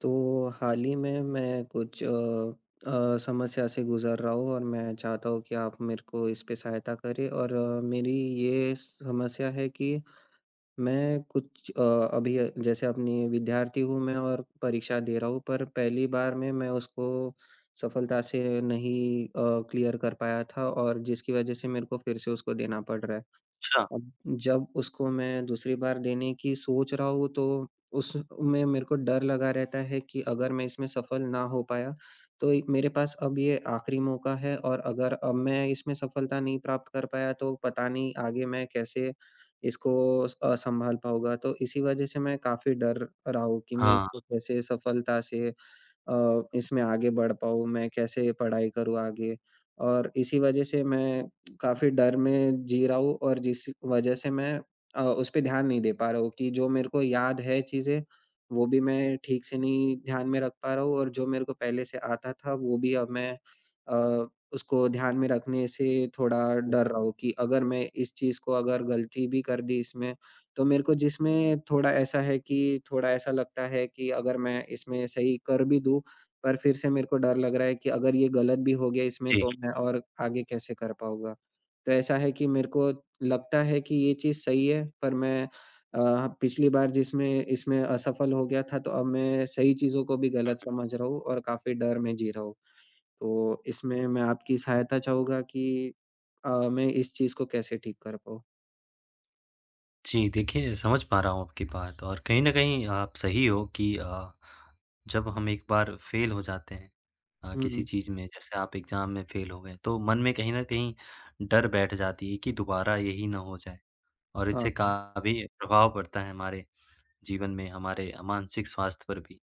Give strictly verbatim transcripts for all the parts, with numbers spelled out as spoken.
तो हाल ही में मैं कुछ अ अ, समस्या से गुज़र रहा हूँ और मैं चाहता हूँ कि आप मेरे को इस पे सहायता करें और अ, मेरी ये समस्या है कि मैं कुछ अ, अभी अ, जैसे अपनी विद्यार्थी हूँ मैं और परीक्षा दे रहा हूँ। पर पहली बार में मैं उसको सफलता से नहीं अ, क्लियर कर पाया था और जिसकी वज़ह से मेरे को फिर से उसको देना पड़ रहा है। अच्छा। अब जब उसको मैं दूसरी बार देने की सोच रहा हूँ तो उसमें मेरे को डर लगा रहता है कि अगर मैं इसमें सफल ना हो पाया, तो एक मेरे पास अब ये आखिरी मौका है और अगर अब मैं इसमें सफलता नहीं प्राप्त कर पाया तो पता नहीं आगे मैं कैसे इसको स- अ, संभाल पाऊँगा। तो इसी वजह से मैं काफ़ी डर रहा हूँ कि मैं हाँ। इसको कैसे सफलता से अ, इसमें आगे बढ़ पाऊँ, मैं कैसे पढ़ाई करूँ आगे? और इसी वजह से मैं काफ़ी डर में जी रहा हूँ और जिस वजह से मैं अ, उस पे ध्यान नहीं दे पा रहा हूँ कि जो मेरे को याद है चीज़ें, वो भी मैं ठीक से नहीं ध्यान में रख पा रहा हूँ और जो मेरे को पहले से आता था, वो भी अब मैं अ, उसको ध्यान में रखने से थोड़ा डर रहा हूँ कि अगर मैं इस चीज़ को अगर गलती भी कर दी इसमें, तो मेरे को जिसमें थोड़ा ऐसा है कि थोड़ा ऐसा लगता है कि अगर मैं इसमें सही कर भी दूँ, पर फिर से मेरे को डर लग रहा है कि अगर ये गलत भी हो गया इसमें जी। तो मैं और आगे कैसे कर पाऊँगा? तो ऐसा है कि मेरे को लगता है कि ये चीज़ सही है, पर मैं अ, पिछली बार जिसमें इसमें असफल हो गया था, तो अब मैं सही चीज़ों को भी गलत समझ रहा हूँ और काफ़ी डर में जी रहा हूँ। तो इसमें मैं आपकी सहायता चाहूँगा कि अ, मैं इस चीज़ को कैसे ठीक कर पाऊँ? जी, देखिए समझ पा रहा हूँ आपकी बात और कहीं न कहीं आप सही हो कि अ, जब हम एक बार फ़ेल हो जाते हैं अ, हुँ, किसी हुँ। चीज़ में जैसे आप एग्ज़ाम में फ़ेल हो गए, तो मन में कहीं न कहीं डर बैठ जाती है कि दोबारा यही ना हो जाए और हाँ, इससे हाँ। काफ़ी प्रभाव पड़ता है हमारे जीवन में, हमारे मानसिक स्वास्थ्य पर भी।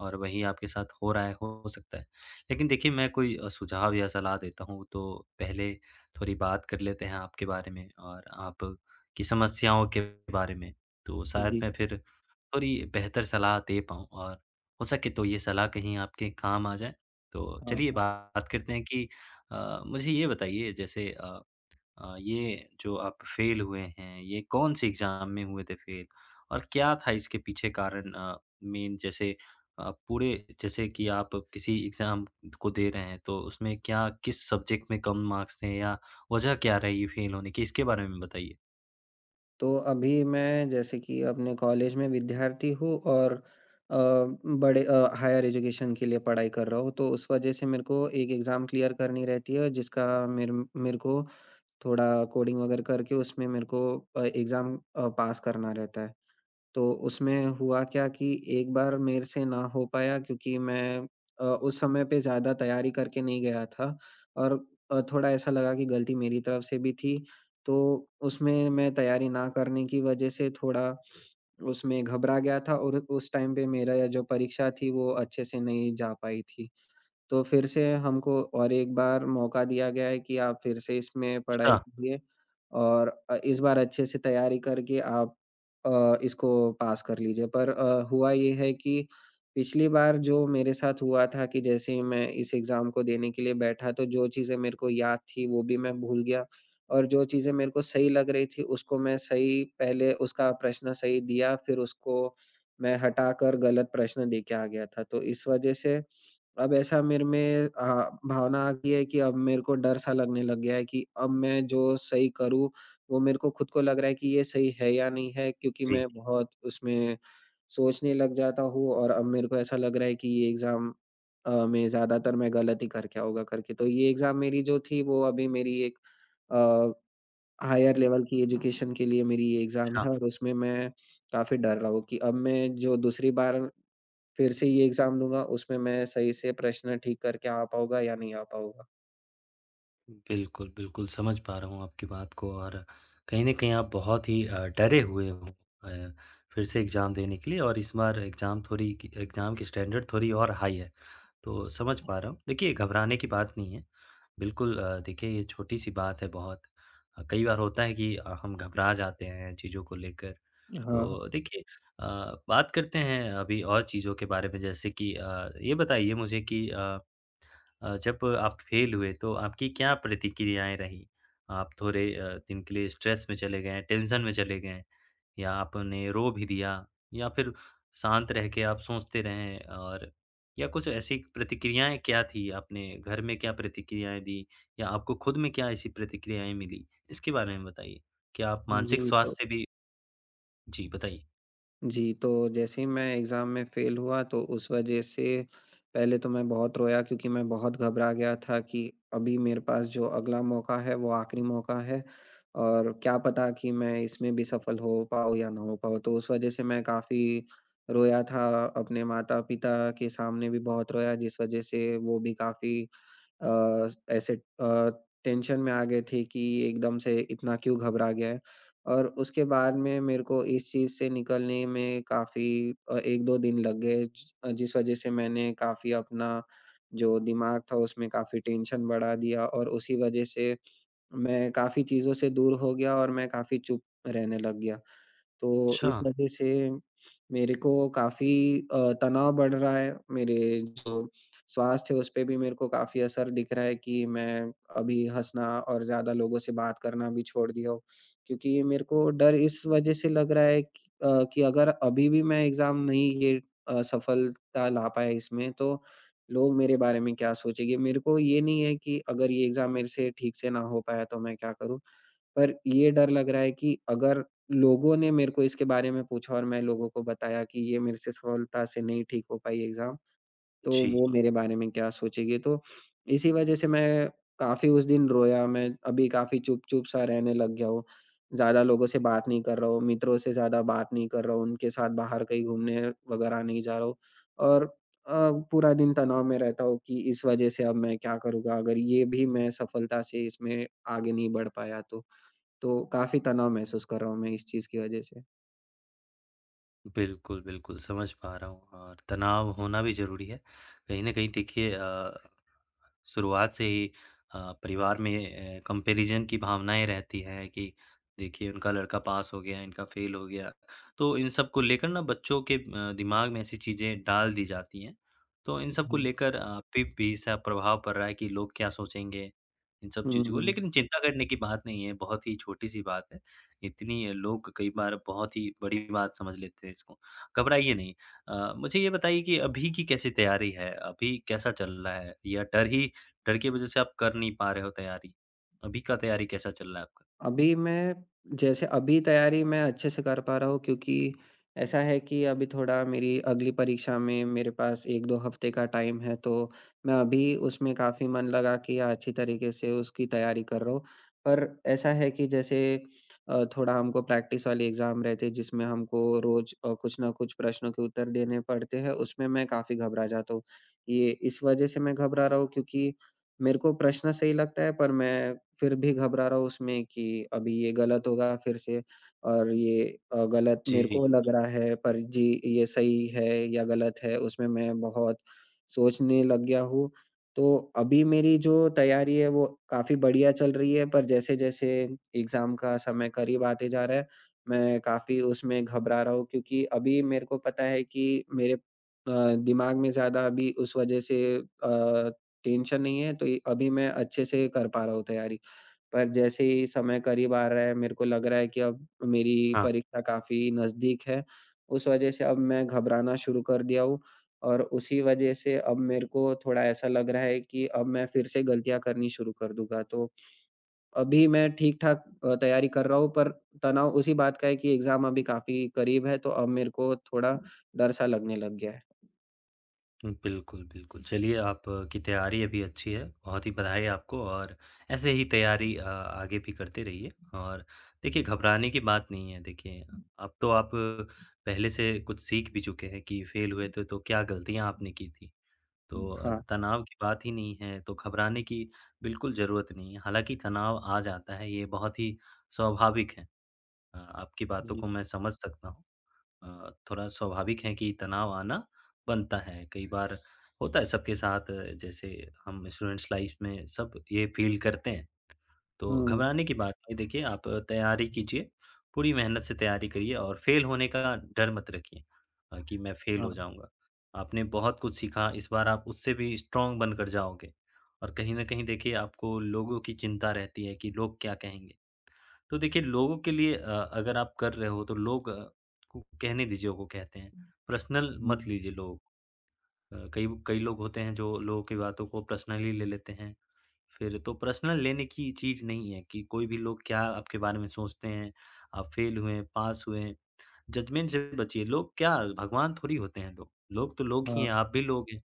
और वही आपके साथ हो रहा है, हो सकता है। लेकिन देखिए मैं कोई अ, सुझाव या सलाह देता हूँ तो पहले थोड़ी बात कर लेते हैं आपके बारे में और आपकी समस्याओं के बारे में। तो शायद जी। मैं फिर थोड़ी बेहतर सलाह दे पाऊँ और हो सके तो ये सलाह कहीं आपके काम आ जाए। तो हाँ, चलिए हाँ। बात करते हैं कि अ, मुझे ये बताइए जैसे अ अ, ये जो आप फेल हुए हैं, ये कौन से एग्ज़ाम में हुए थे फेल? और क्या था इसके पीछे कारण अ, मेन जैसे अ, पूरे जैसे कि आप किसी एग्ज़ाम को दे रहे हैं, तो उसमें क्या किस सब्जेक्ट में कम मार्क्स थे या वजह क्या रही फेल होने की? इसके बारे में बताइए। तो अभी मैं जैसे कि अपने कॉलेज में विद्यार्थी हूँ और अ, बड़े अ, हायर एजुकेशन के लिए पढ़ाई कर रहा हूँ, तो उस वजह से मेरे को एक एग्ज़ाम क्लियर करनी रहती है जिसका मेरे मेरे को थोड़ा कोडिंग वगैरह करके उसमें मेरे को अ, एग्ज़ाम अ, पास करना रहता है। तो उसमें हुआ क्या कि एक बार मेरे से ना हो पाया, क्योंकि मैं अ, उस समय पे ज़्यादा तैयारी करके नहीं गया था और अ, थोड़ा ऐसा लगा कि गलती मेरी तरफ से भी थी। तो उसमें मैं तैयारी ना करने की वज़ह से थोड़ा उसमें घबरा गया था और उस टाइम पे मेरा जो परीक्षा थी वो अच्छे से नहीं जा पाई थी। तो फिर से हमको और एक बार मौका दिया गया है कि आप फिर से इसमें पढ़ाई अच्छा। कीजिए और अ, इस बार अच्छे से तैयारी करके आप अ, इसको पास कर लीजिए। पर अ, हुआ ये है कि पिछली बार जो मेरे साथ हुआ था कि जैसे ही मैं इस एग्ज़ाम को देने के लिए बैठा तो जो चीज़ें मेरे को याद थी वो भी मैं भूल गया और जो चीज़ें मेरे को सही लग रही थी उसको मैं सही पहले उसका प्रश्न सही दिया फिर उसको मैं हटाकर गलत प्रश्न दे के आ गया था। तो इस वज़ह से अब ऐसा मेरे में अ, भावना आ गई है कि अब मेरे को डर सा लगने लग गया है कि अब मैं जो सही करूँ, वो मेरे को खुद को लग रहा है कि ये सही है या नहीं है, क्योंकि जी। मैं बहुत उसमें सोचने लग जाता हूँ और अब मेरे को ऐसा लग रहा है कि ये एग्ज़ाम अ, में ज़्यादातर मैं गलत ही करके आऊँगा करके। तो ये एग्ज़ाम मेरी जो थी वो अभी मेरी एक अ, हायर लेवल की एजुकेशन के लिए मेरी ये एग्ज़ाम अच्छा। है और उसमें मैं काफ़ी डर रहा हूँ कि अब मैं जो दूसरी बार फिर से ये एग्ज़ाम दूँगा, उसमें मैं सही से प्रश्न ठीक करके आ पाऊँगा या नहीं आ पाऊँगा। बिल्कुल, बिल्कुल समझ पा रहा हूँ आपकी बात को और कहीं न कहीं आप बहुत ही अ, डरे हुए हो अ, फिर से एग्ज़ाम देने के लिए और इस बार एग्ज़ाम थोड़ी एग्ज़ाम की स्टैंडर्ड थोड़ी और हाई है। तो समझ पा रहा हूँ। देखिए घबराने की बात नहीं है। बिल्कुल अ, देखिए ये छोटी-सी बात है बहुत। अ, कई बार होता है कि अ, हम घबरा जाते हैं चीज़ों को लेकर। हाँ, तो देखिए अ, बात करते हैं अभी और चीज़ों के बारे में जैसे कि अ, ये बताइए मुझे कि अ अ, जब आप फेल हुए तो आपकी क्या प्रतिक्रियाएँ रहीं? आप थोड़े अ, दिन के लिए स्ट्रेस में चले गए, टेंशन में चले गए या आपने रो भी दिया या फिर शांत रह के आप सोचते रहें और या कुछ ऐसी प्रतिक्रियाएँ क्या थी? आपने घर में क्या प्रतिक्रियाएँ दी या आपको खुद में क्या ऐसी प्रतिक्रियाएँ मिली? इसके बारे में बताइए। क्या आप जी। मानसिक तो स्वास्थ्य भी जी, बताइए। जी, तो जैसे ही मैं एग्ज़ाम में फ़ेल हुआ तो उस वज़ह से पहले तो मैं बहुत रोया, क्योंकि मैं बहुत घबरा गया था कि अभी मेरे पास जो अगला मौका है वो आखिरी मौका है और क्या पता कि मैं इसमें भी सफल हो पाऊँ या ना हो पाऊँ। तो उस वज़ह से मैं काफ़ी रोया था, अपने माता-पिता के सामने भी बहुत रोया, जिस वज़ह से वो भी काफ़ी अ, ऐसे अ, टेंशन में आ गए थे कि एकदम से इतना क्यों घबरा गया है? और उसके बाद में मेरे को इस चीज़ से निकलने में काफ़ी अ, एक दो दिन लग गए, ज अ, जिस वज़ह से मैंने काफ़ी अपना जो दिमाग था उसमें काफ़ी टेंशन बढ़ा दिया और उसी वज़ह से मैं काफ़ी चीज़ों से दूर हो गया और मैं काफ़ी चुप रहने लग गया। तो अच्छा। इस वजह से मेरे को काफ़ी अ, तनाव बढ़ रहा है। मेरे जो स्वास्थ्य है उस पे भी मेरे को काफ़ी असर दिख रहा है कि मैं अभी हँसना और ज़्यादा लोगों से बात करना भी छोड़ दिया हूँ। क्योंकि मेरे को डर इस वजह से लग रहा है कि अ, कि अगर अभी भी मैं एग्ज़ाम नहीं, ये अ, सफलता ला पाया इसमें, तो लोग मेरे बारे में क्या सोचेंगे? मेरे को ये नहीं है कि अगर ये एग्ज़ाम मेरे से ठीक से ना हो पाया तो मैं क्या करूँ? पर ये डर लग रहा है कि अगर लोगों ने मेरे को इसके बारे में पूछा और मैं लोगों को बताया कि ये मेरे से सफलता से नहीं ठीक हो पाई एग्ज़ाम, तो जी। वो जी। मेरे बारे में क्या सोचेंगे? तो इसी वज़ह से मैं काफ़ी उस दिन रोया, मैं अभी काफ़ी चुप-चुप सा रहने लग गया हूँ। ज़्यादा लोगों से बात नहीं कर रहा हूँ, मित्रों से ज़्यादा बात नहीं कर रहा हूँ, उनके साथ बाहर कहीं घूमने वगैरह नहीं जा रहा हूँ और अ, पूरा दिन तनाव में रहता हूँ कि इस वज़ह से अब मैं क्या करूँगा? अगर ये भी मैं सफलता से इसमें आगे नहीं बढ़ पाया तो। तो काफ़ी तनाव महसूस कर रहा हूँ मैं इस चीज़ की वज़ह से। बिल्कुल, बिल्कुल, समझ पा रहा हूँ और तनाव होना भी ज़रूरी है। कहीं न कहीं देखिए अ, शुरुआत से ही अ, परिवार में अ, कंपैरिज़न की भावनाएँ रहती हैं कि देखिए उनका लड़का पास हो गया, इनका फेल हो गया। तो इन सब को लेकर ना बच्चों के अ, दिमाग में ऐसी चीज़ें डाल दी जाती हैं। तो इन सब को जी। लेकर आप पे भी ऐसा प्रभाव पड़ रहा है कि लोग क्या सोचेंगे, इन सब हुँ, चीज़ों को हुँ। लेकिन चिंता करने की बात नहीं है, बहुत ही छोटी-सी बात है। इतनी लोग कई बार बहुत ही बड़ी बात समझ लेते हैं इसको। घबराइए नहीं अ, मुझे ये बताइए कि अभी की कैसी तैयारी है? अभी कैसा चल रहा है? या डर ही डर की वज़ह से आप कर नहीं पा रहे हो तैयारी? अभी का तैयारी कैसा चल रहा है आपका? अभी मैं जैसे अभी तैयारी मैं अच्छे से कर पा रहा हूँ, क्योंकि ऐसा है कि अभी थोड़ा मेरी अगली परीक्षा में मेरे पास एक दो हफ्ते का टाइम है, तो मैं अभी उसमें काफ़ी मन लगा के अच्छी तरीके से उसकी तैयारी कर रहा हूँ। पर ऐसा है कि जैसे अ, थोड़ा हमको प्रैक्टिस वाले एग्ज़ाम रहते हैं जिसमें हमको रोज़ अ, कुछ न कुछ प्रश्नों के उत्तर देने पड़ते हैं, उसमें मैं काफ़ी घबरा जाता हूँ। ये इस वजह से मैं घबरा रहा हूँ, क्योंकि मेरे को प्रश्न सही लगता है पर मैं फिर भी घबरा रहा हूँ उसमें कि अभी ये गलत होगा फिर से और ये अ, गलत मेरे जी। को लग रहा है, पर जी ये सही है या गलत है उसमें मैं बहुत सोचने लग गया हूँ। तो अभी मेरी जो तैयारी है वो काफ़ी बढ़िया चल रही है पर जैसे-जैसे एग्ज़ाम का समय करीब आते जा रहा है, मैं काफ़ी उसमें घबरा रहा हूँ, क्योंकि अभी मेरे को पता है कि मेरे अ, दिमाग में ज़्यादा अभी उस वज़ह से अ, टेंशन नहीं है, तो ये अभी मैं अच्छे से कर पा रहा हूँ तैयारी। पर जैसे ही समय करीब आ रहा है, मेरे को लग रहा है कि अब मेरी हाँ। परीक्षा काफ़ी नज़दीक है, उस वजह से अब मैं घबराना शुरू कर दिया हूँ और उसी वजह से अब मेरे को थोड़ा ऐसा लग रहा है कि अब मैं फिर से गलतियाँ करनी शुरू कर दूँगा। तो अभी मैं ठीक-ठाक अ, तैयारी कर रहा हूँ, पर तनाव उसी बात का है कि एग्ज़ाम अभी काफ़ी करीब है, तो अब मेरे को थोड़ा डर-सा लगने लग गया है। हुँ, बिल्कुल, बिल्कुल। चलिए आपकी तैयारी अभी अच्छी है, बहुत ही बधाई आपको और ऐसे ही तैयारी अ, आगे भी करते रहिए और देखिए घबराने की बात नहीं है। देखिए, अब तो आप पहले से कुछ सीख भी चुके हैं कि फेल हुए थे तो क्या गलतियाँ आपने की थी। तो अ, हाँ। तनाव की बात ही नहीं है, तो घबराने की बिल्कुल ज़रूरत नहीं है। हालाँकि तनाव आ जाता है, ये बहुत ही स्वाभाविक है। अ, आपकी बातों हुँ, को मैं समझ सकता हूँ। अ, थोड़ा स्वाभाविक है कि तनाव आना बनता है। कई बार होता है सबके साथ अ, जैसे हम स्टूडेंट्स लाइफ़ में सब ये फ़ील करते हैं। तो हुँ, घबराने की बात नहीं देखिए आप तैयारी कीजिए, पूरी मेहनत से तैयारी करिए और फ़ेल होने का डर मत रखिए अ, कि मैं फ़ेल हो हाँ, जाऊँगा। आपने बहुत कुछ सीखा, इस बार आप उससे भी स्ट्रॉन्ग बनकर जाओगे और कहीं न कहीं देखिए आपको लोगों की चिंता रहती है कि लोग क्या कहेंगे? तो देखिए लोगों के लिए अ, अगर आप कर रहे हो तो लोग अ, को कहने दीजिए वो कहते हैं। पर्सनल हुँ, मत लीजिए लोग अ, कई कई लोग होते हैं जो लोगों की बातों को पर्सनली ले लेते हैं। फिर तो पर्सनल लेने की चीज़ नहीं है कि कोई भी लोग क्या आपके बारे में सोचते हैं, आप फ़ेल हुए हैं, पास हुए हैं, जजमेंट से बचिए। लोग क्या भगवान थोड़ी होते हैं लोग। लोग तो लोग ही हैं, हाँ, आप भी लोग हैं।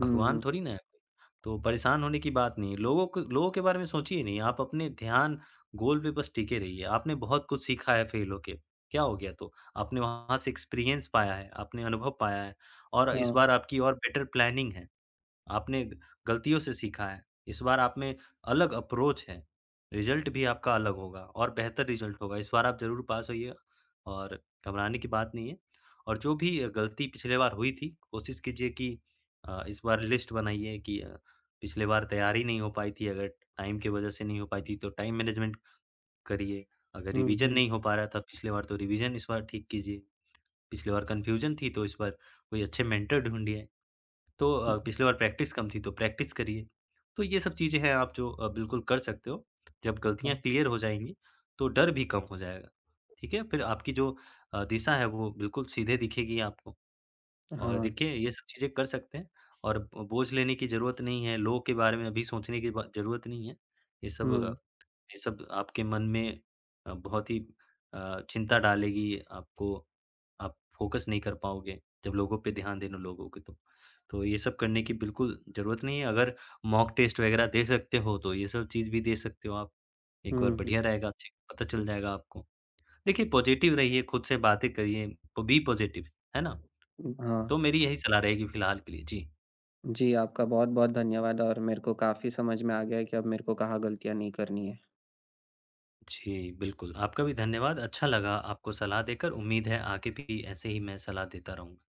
हुँ, भगवान हुँ, थोड़ी ना है कोई। तो परेशान होने की बात नहीं है। लोगों को लोगों के बारे में सोचिए नहीं, आप अपने ध्यान गोल पे बस टिके रहिए। आपने बहुत कुछ सीखा है फेल होके, क्या हो गया तो? आपने वहाँ से एक्सपीरियंस पाया है, आपने अनुभव पाया है और इस बार हाँ, आपकी और बेटर प्लानिंग है। आपने गलतियों से सीखा है, इस बार आप में अलग अप्रोच है, रिज़ल्ट भी आपका अलग होगा और बेहतर रिज़ल्ट होगा, इस बार आप ज़रूर पास होइए और घबराने की बात नहीं है। और जो भी अ, गलती पिछले बार हुई थी, कोशिश कीजिए कि अ, इस बार लिस्ट बनाइए कि अ, पिछले बार तैयारी नहीं हो पाई थी, अगर टाइम की वजह से नहीं हो पाई थी, तो टाइम मैनेजमेंट करिए। अगर हुँ, रिवीज़न हुँ, नहीं हो पा रहा था पिछले बार, तो रिवीज़न इस बार ठीक कीजिए। पिछले बार कन्फ्यूज़न थी, तो इस बार कोई अच्छे मेंटर ढूँढिए। तो अ, हुँ, पिछली बार प्रैक्टिस कम थी, तो प्रैक्टिस करिए। तो ये सब चीज़ें हैं आप जो अ, बिल्कुल कर सकते हो। जब गलतियाँ हाँ, क्लियर हो जाएँगी, तो डर भी कम हो जाएगा, ठीक है? फिर आपकी जो अ, दिशा है वो बिल्कुल सीधे दिखेगी आपको और हाँ, देखिए ये सब चीज़ें कर सकते हैं और ब बोझ लेने की ज़रूरत नहीं है, लोग के बारे में अभी सोचने की ब ज़रूरत नहीं है। ये सब हुँ। ये सब आपके मन में अ, बहुत ही अ, चिंता डालेगी, आपको आप फ़ोकस नहीं कर पाओगे, जब लोगों पे ध्यान देने लगोगे तो। तो ये सब करने की बिल्कुल ज़रूरत नहीं है, अगर मॉक टेस्ट वग़ैरह दे सकते हो, तो ये सब चीज़ भी दे सकते हो आप। एक बार हुँ, हुँ। बढ़िया रहेगा, अच्छे पता चल जाएगा आपको। देखिए पॉज़िटिव रहिए, खुद से बातें करिए, तो बी पॉज़िटिव, है ना? हाँ, तो मेरी यही सलाह रहेगी फ़िलहाल के लिए। जी। जी आपका बहुत-बहुत धन्यवाद और मेरे को काफ़ी समझ में आ गया है कि अब मेरे को कहाँ गलतियाँ नहीं करनी है। जी, बिल्कुल। आपका भी धन्यवाद, अच्छा लगा आपको सलाह देकर, उम्मीद है आगे भी ऐसे ही मैं सलाह देता रहूँगा।